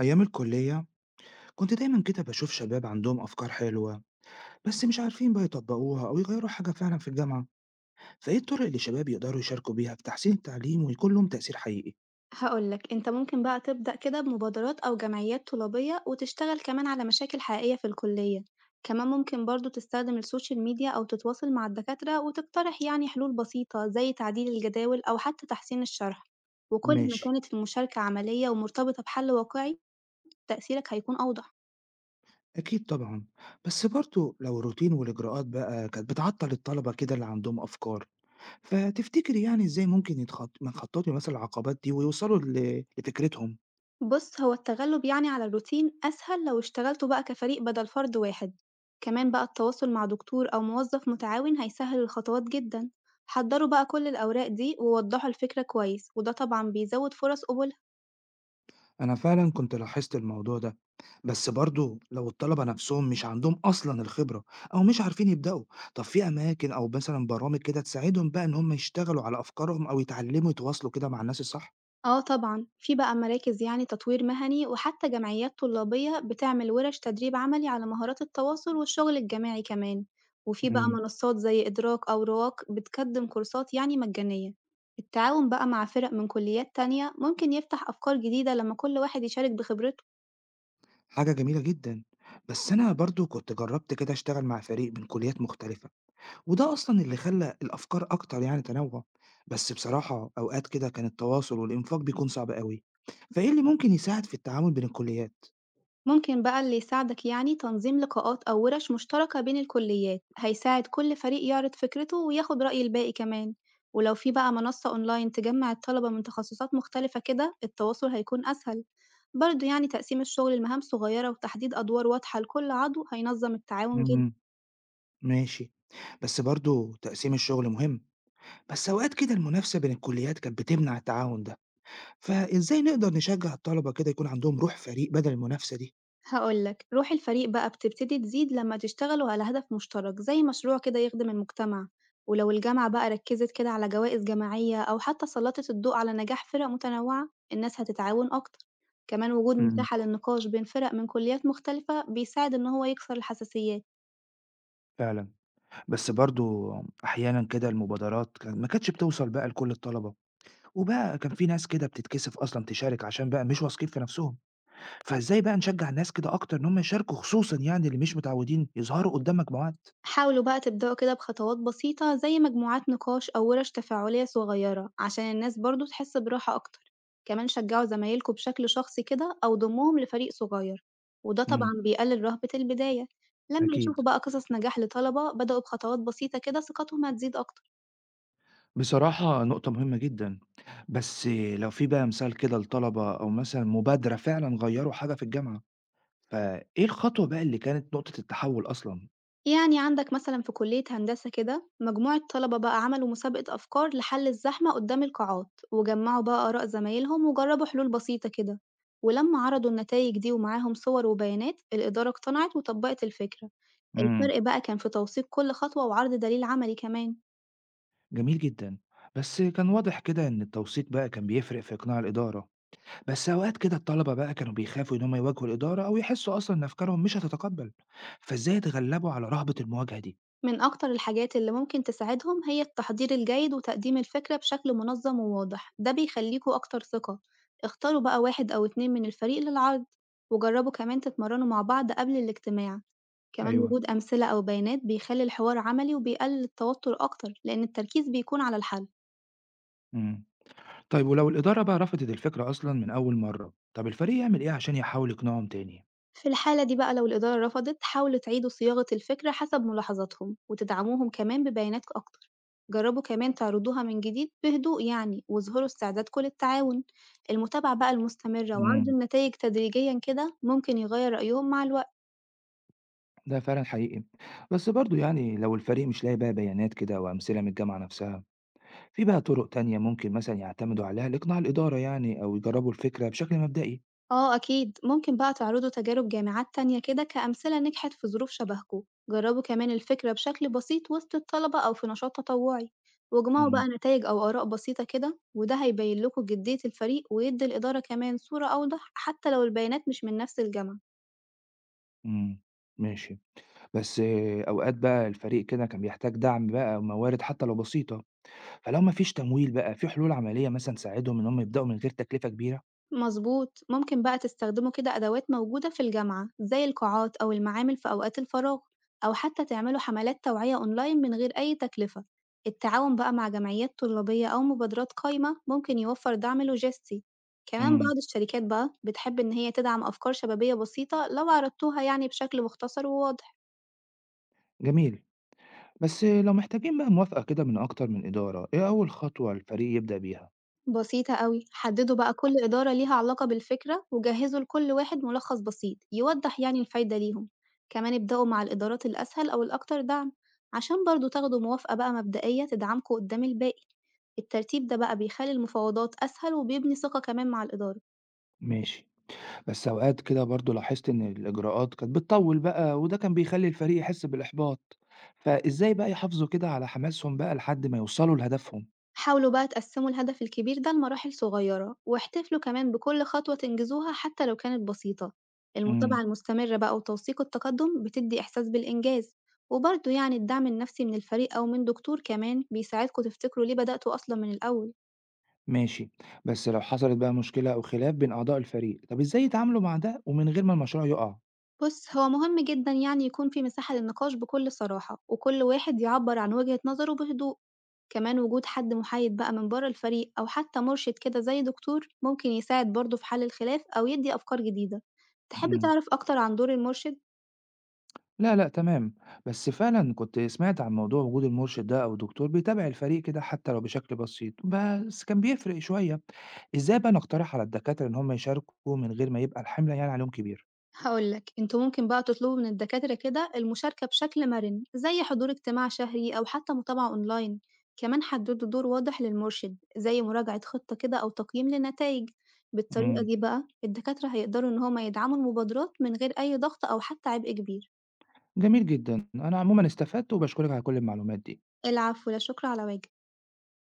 أيام الكلية كنت دايما كده بشوف شباب عندهم أفكار حلوة، بس مش عارفين بقى يطبقوها أو يغيروا حاجة فعلا في الجامعة. فإيه الطرق اللي الشباب يقدروا يشاركوا بيها في تحسين التعليم ويكون لهم تأثير حقيقي؟ هاقول لك، أنت ممكن بقى تبدأ كده بمبادرات أو جمعيات طلابية وتشتغل كمان على مشاكل حقيقية في الكلية، كمان ممكن برضه تستخدم السوشيال ميديا أو تتواصل مع الدكاترة وتقترح يعني حلول بسيطة زي تعديل الجداول أو حتى تحسين الشرح، وكل ما ماشي. كانت المشاركة عملية ومرتبطة بحل واقعي تأثيرك هيكون أوضح. أكيد طبعا، بس برضه لو الروتين والإجراءات بقى كانت بتعطل الطلبة كده اللي عندهم أفكار، فتفتكري يعني إزاي ممكن ما يتخططوا مثلا العقبات دي ويوصلوا لفكرتهم؟ بُص، هو التغلُّب يعني على الروتين أسهل لو اشتغلتوا بقى كفريق بدل فرد واحد، كمان بقى التواصل مع دكتور أو موظف متعاون هيسهِّل الخطوات جدًا، حضّروا بقى كل الأوراق دي ووضّحوا الفكرة كويس، وده طبعًا بيزوّد فرص قبول. أنا فعلًا كنت لاحظت الموضوع ده، بس برضه لو الطلبة نفسهم مش عندهم أصلًا الخبرة أو مش عارفين يبدأوا، طب في أماكن أو مثلًا برامج كده تساعدهم بقى إن هم يشتغلوا على أفكارهم أو يتعلموا يتواصلوا كده مع الناس الصح؟ آه طبعًا، في بقى مراكز يعني تطوير مهني وحتى جمعيات طلابية بتعمل ورش تدريب عملي على مهارات التواصل والشغل الجماعي كمان، وفي بقى إمم. منصات زي إدراك أو رواق بتقدم كورسات يعني مجانية، التعاون بقى مع فرق من كليات تانية ممكن يفتح أفكار جديدة لما كل واحد يشارك بخبرته. حاجة جميلة جدًا، بس أنا برضه كنت جربت كده أشتغل مع فريق من كليات مختلفة، وده أصلًا اللي خلّى الأفكار أكتر يعني تنوُّع، بس بصراحة أوقات كده كان التواصل والإنفاق بيكون صعب أوي، فإيه اللي ممكن يساعد في التعاون بين الكليات؟ ممكن بقى اللي يساعدك يعني تنظيم لقاءات أو ورش مشتركة بين الكليات هيساعد كل فريق يعرض فكرته وياخد رأي الباقي كمان، ولو في بقى منصة أونلاين تجمع الطلبة من تخصصات مختلفة كده التواصل هيكون أسهل، برضه يعني تقسيم الشغل لمهام صغيرة وتحديد أدوار واضحة لكل عضو هينظم التعاون جدا. إمم. ماشي، بس برضه تقسيم الشغل مهم، بس أوقات كده المنافسة بين الكليات كانت بتمنع التعاون ده، فإزاي نقدر نشجع الطلبة كده يكون عندهم روح فريق بدل المنافسة دي؟ هاقول لك، روح الفريق بقى بتبتدي تزيد لما تشتغلوا على هدف مشترك زي مشروع كده يخدم المجتمع، ولو الجامعة بقى ركزت كده على جوائز جماعية أو حتى سلطت الضوء على نجاح فرق متنوعة، الناس هتتعاون أكتر، كمان وجود امم. مساحة للنقاش بين فرق من كليات مختلفة بيساعد إن هو يكسر الحساسيات. فعلا، بس برضو احيانا كده المبادرات كان ما كانتش بتوصل بقى لكل الطلبه، وبقى كان في ناس كده بتتكسف اصلا تشارك عشان بقى مش واثقين في نفسهم، فازاي بقى نشجع الناس كده اكتر ان هم يشاركوا، خصوصا يعني اللي مش متعودين يظهروا قدام مجموعات؟ حاولوا بقى تبدأوا كده بخطوات بسيطة زي مجموعات نقاش أو ورش تفاعلية صغيرة عشان الناس برضو تحس براحة أكتر، كمان شجعوا زمايلكم بشكل شخصي كده أو ضموهم لفريق صغير، وده طبعا امم. بيقلل رهبة البداية. لما اكيد. يشوفوا بقى قصص نجاح لطلبة بدأوا بخطوات بسيطة كده ثقتهم هتزيد أكتر. بصراحة نقطة مهمة جدًا، بس لو في بقى مثال كده لطلبة أو مثلًا مبادرة فعلًا غيّروا حاجة في الجامعة، فإيه الخطوة بقى اللي كانت نقطة التحوّل أصلًا؟ يعني عندك مثلًا في كلية هندسة كده، مجموعة طلبة بقى عملوا مسابقة أفكار لحل الزحمة قدام القاعات، وجمعوا بقى آراء زمايلهم وجربوا حلول بسيطة كده، ولما عرضوا النتايج دي ومعاهم صور وبيانات، الإدارة اقتنعت وطبقت الفكرة، إمم. الفرق بقى كان في توثيق كل خطوة وعرض دليل عملي كمان. جميل جدًا، بس كان واضح كده إن التوثيق بقى كان بيفرق في إقناع الإدارة، بس أوقات كده الطلبة بقى كانوا بيخافوا إن هم يواجهوا الإدارة أو يحسّوا أصلًا إن أفكارهم مش هتتقبّل، فإزاي اتغلّبوا على رهبة المواجهة دي؟ من أكتر الحاجات اللي ممكن تساعدهم هي التحضير الجيد وتقديم الفكرة بشكل منظم وواضح، ده بيخليكوا أكتر ثقة. اختاروا بقى واحد أو اتنين من الفريق للعرض، وجربوا كمان تتمرنوا مع بعض قبل الاجتماع، كمان أيوه. وجود أمثلة أو بيانات بيخلي الحوار عملي وبيقلل التوتر أكتر لأن التركيز بيكون على الحل. إمم. طيب ولو الإدارة بقى رفضت الفكرة أصلًا من أول مرّة، طَب الفريق يعمل إيه عشان يحاول يقنعهم تاني؟ في الحالة دي بقى لو الإدارة رفضت حاولوا تعيدوا صياغة الفكرة حسب ملاحظاتهم وتدعموهم كمان ببيانات أكتر، جربوا كمان تعرضوها من جديد بهدوء يعني واظهروا استعدادكم للتعاون. المتابعة بقى المستمرة وعرض إمم. النتائج تدريجيا كده ممكن يغير رأيهم مع الوقت. ده فعلًا حقيقي، بس برضه يعني لو الفريق مش لاقي بقى بيانات كده وأمثلة من الجامعة نفسها، في بقى طرق تانية ممكن مثلًا يعتمدوا عليها لإقناع الإدارة يعني، أو يجربوا الفكرة بشكل مبدئي؟ آه أكيد، ممكن بقى تعرضوا تجارب جامعات تانية كده كأمثلة نجحت في ظروف شبهكوا، جربوا كمان الفكرة بشكل بسيط وسط الطلبة أو في نشاط تطوعي، واجمعوا اهم. بقى نتائج أو آراء بسيطة كده، وده هيبين لكم جدية الفريق ويدي الإدارة كمان صورة أوضح حتى لو البيانات مش من نفس الجامعة. إمم. ماشي، بس آه، أوقات بقى الفريق كده كان بيحتاج دعم بقى وموارد حتى لو بسيطة، فلو ما فيش تمويل بقى، في حلول عملية مثلًا تساعدهم إن هم يبدأوا من غير تكلفة كبيرة؟ مضبوط، ممكن بقى تستخدموا كده أدوات موجودة في الجامعة زي القاعات أو المعامل في أوقات الفراغ، أو حتى تعملوا حملات توعية أونلاين من غير أي تكلفة، التعاون بقى مع جمعيات طلابية أو مبادرات قايمة ممكن يوفر دعم لوجستي، كمان إمم. بعض الشركات بقى بتحب إن هي تدعم أفكار شبابية بسيطة لو عرضتوها يعني بشكل مختصر وواضح. جميل، بس آه، لو محتاجين بقى موافقة كده من أكتر من إدارة، إيه أول خطوة الفريق يبدأ بيها؟ بسيطة أوي، حددوا بقى كل إدارة ليها علاقة بالفكرة وجهزوا لكل واحد ملخص بسيط يوضح يعني الفايدة ليهم، كمان ابدأوا مع الإدارات الأسهل أو الأكتر دعم عشان برضه تاخدوا موافقة بقى مبدئية تدعمكوا قدام الباقي، الترتيب ده بقى بيخلي المفاوضات أسهل وبيبني ثقة كمان مع الإدارة. ماشي. بس أوقات كده برضه لاحظت إن الإجراءات كانت بتطول بقى، وده كان بيخلي الفريق يحس بالإحباط، فإزاي بقى يحافظوا كده على حماسهم بقى لحد ما يوصلوا لهدفهم؟ حاولوا بقى تقسموا الهدف الكبير ده لمراحل صغيرة واحتفلوا كمان بكل خطوة تنجزوها حتى لو كانت بسيطة. المتابعة امم. المستمرة بقى وتوثيق التقدم بتدي إحساس بالإنجاز، وبرضه يعني الدعم النفسي من الفريق أو من دكتور كمان بيساعدكوا تفتكروا ليه بدأتوا أصلا من الأول. ماشي. بس لو حصلت بقى مشكلة أو خلاف بين أعضاء الفريق، طب إزاي يتعاملوا مع ده ومن غير ما المشروع يقع؟ بُص، هو مهم جدًا يعني يكون في مساحة للنقاش بكل صراحة، وكل واحد يعبّر عن وجهة نظره بهدوء، كمان وجود حد محايد بقى من برّه الفريق أو حتى مرشد كده زي دكتور ممكن يساعد برضه في حل الخلاف أو يدّي أفكار جديدة. تحب امم. تعرف أكتر عن دور المرشد؟ لا لا، تمام. بس فعلا كنت سمعت عن موضوع وجود المرشد ده أو دكتور بيتابع الفريق كده حتى لو بشكل بسيط، بس كان بيفرق شوية. إزاي بقى نقترح على الدكاترة إن هم يشاركوا من غير ما يبقى الحملة يعني عليهم كبير؟ هاقول لك، أنتم ممكن بقى تطلبوا من الدكاترة كده المشاركة بشكل مرن، زي حضور اجتماع شهري أو حتى متابعة أونلاين، كمان حددوا دور واضح للمرشد، زي مراجعة خطة كده أو تقييم للنتايج، بالطريقة امم. دي بقى الدكاترة هيقدروا إن هما يدعموا المبادرات من غير أي ضغط أو حتى عبء كبير. جميل جدًا، أنا عمومًا استفدت وباشكرِك على كل المعلومات دي. العفو، لا شكر على واجب.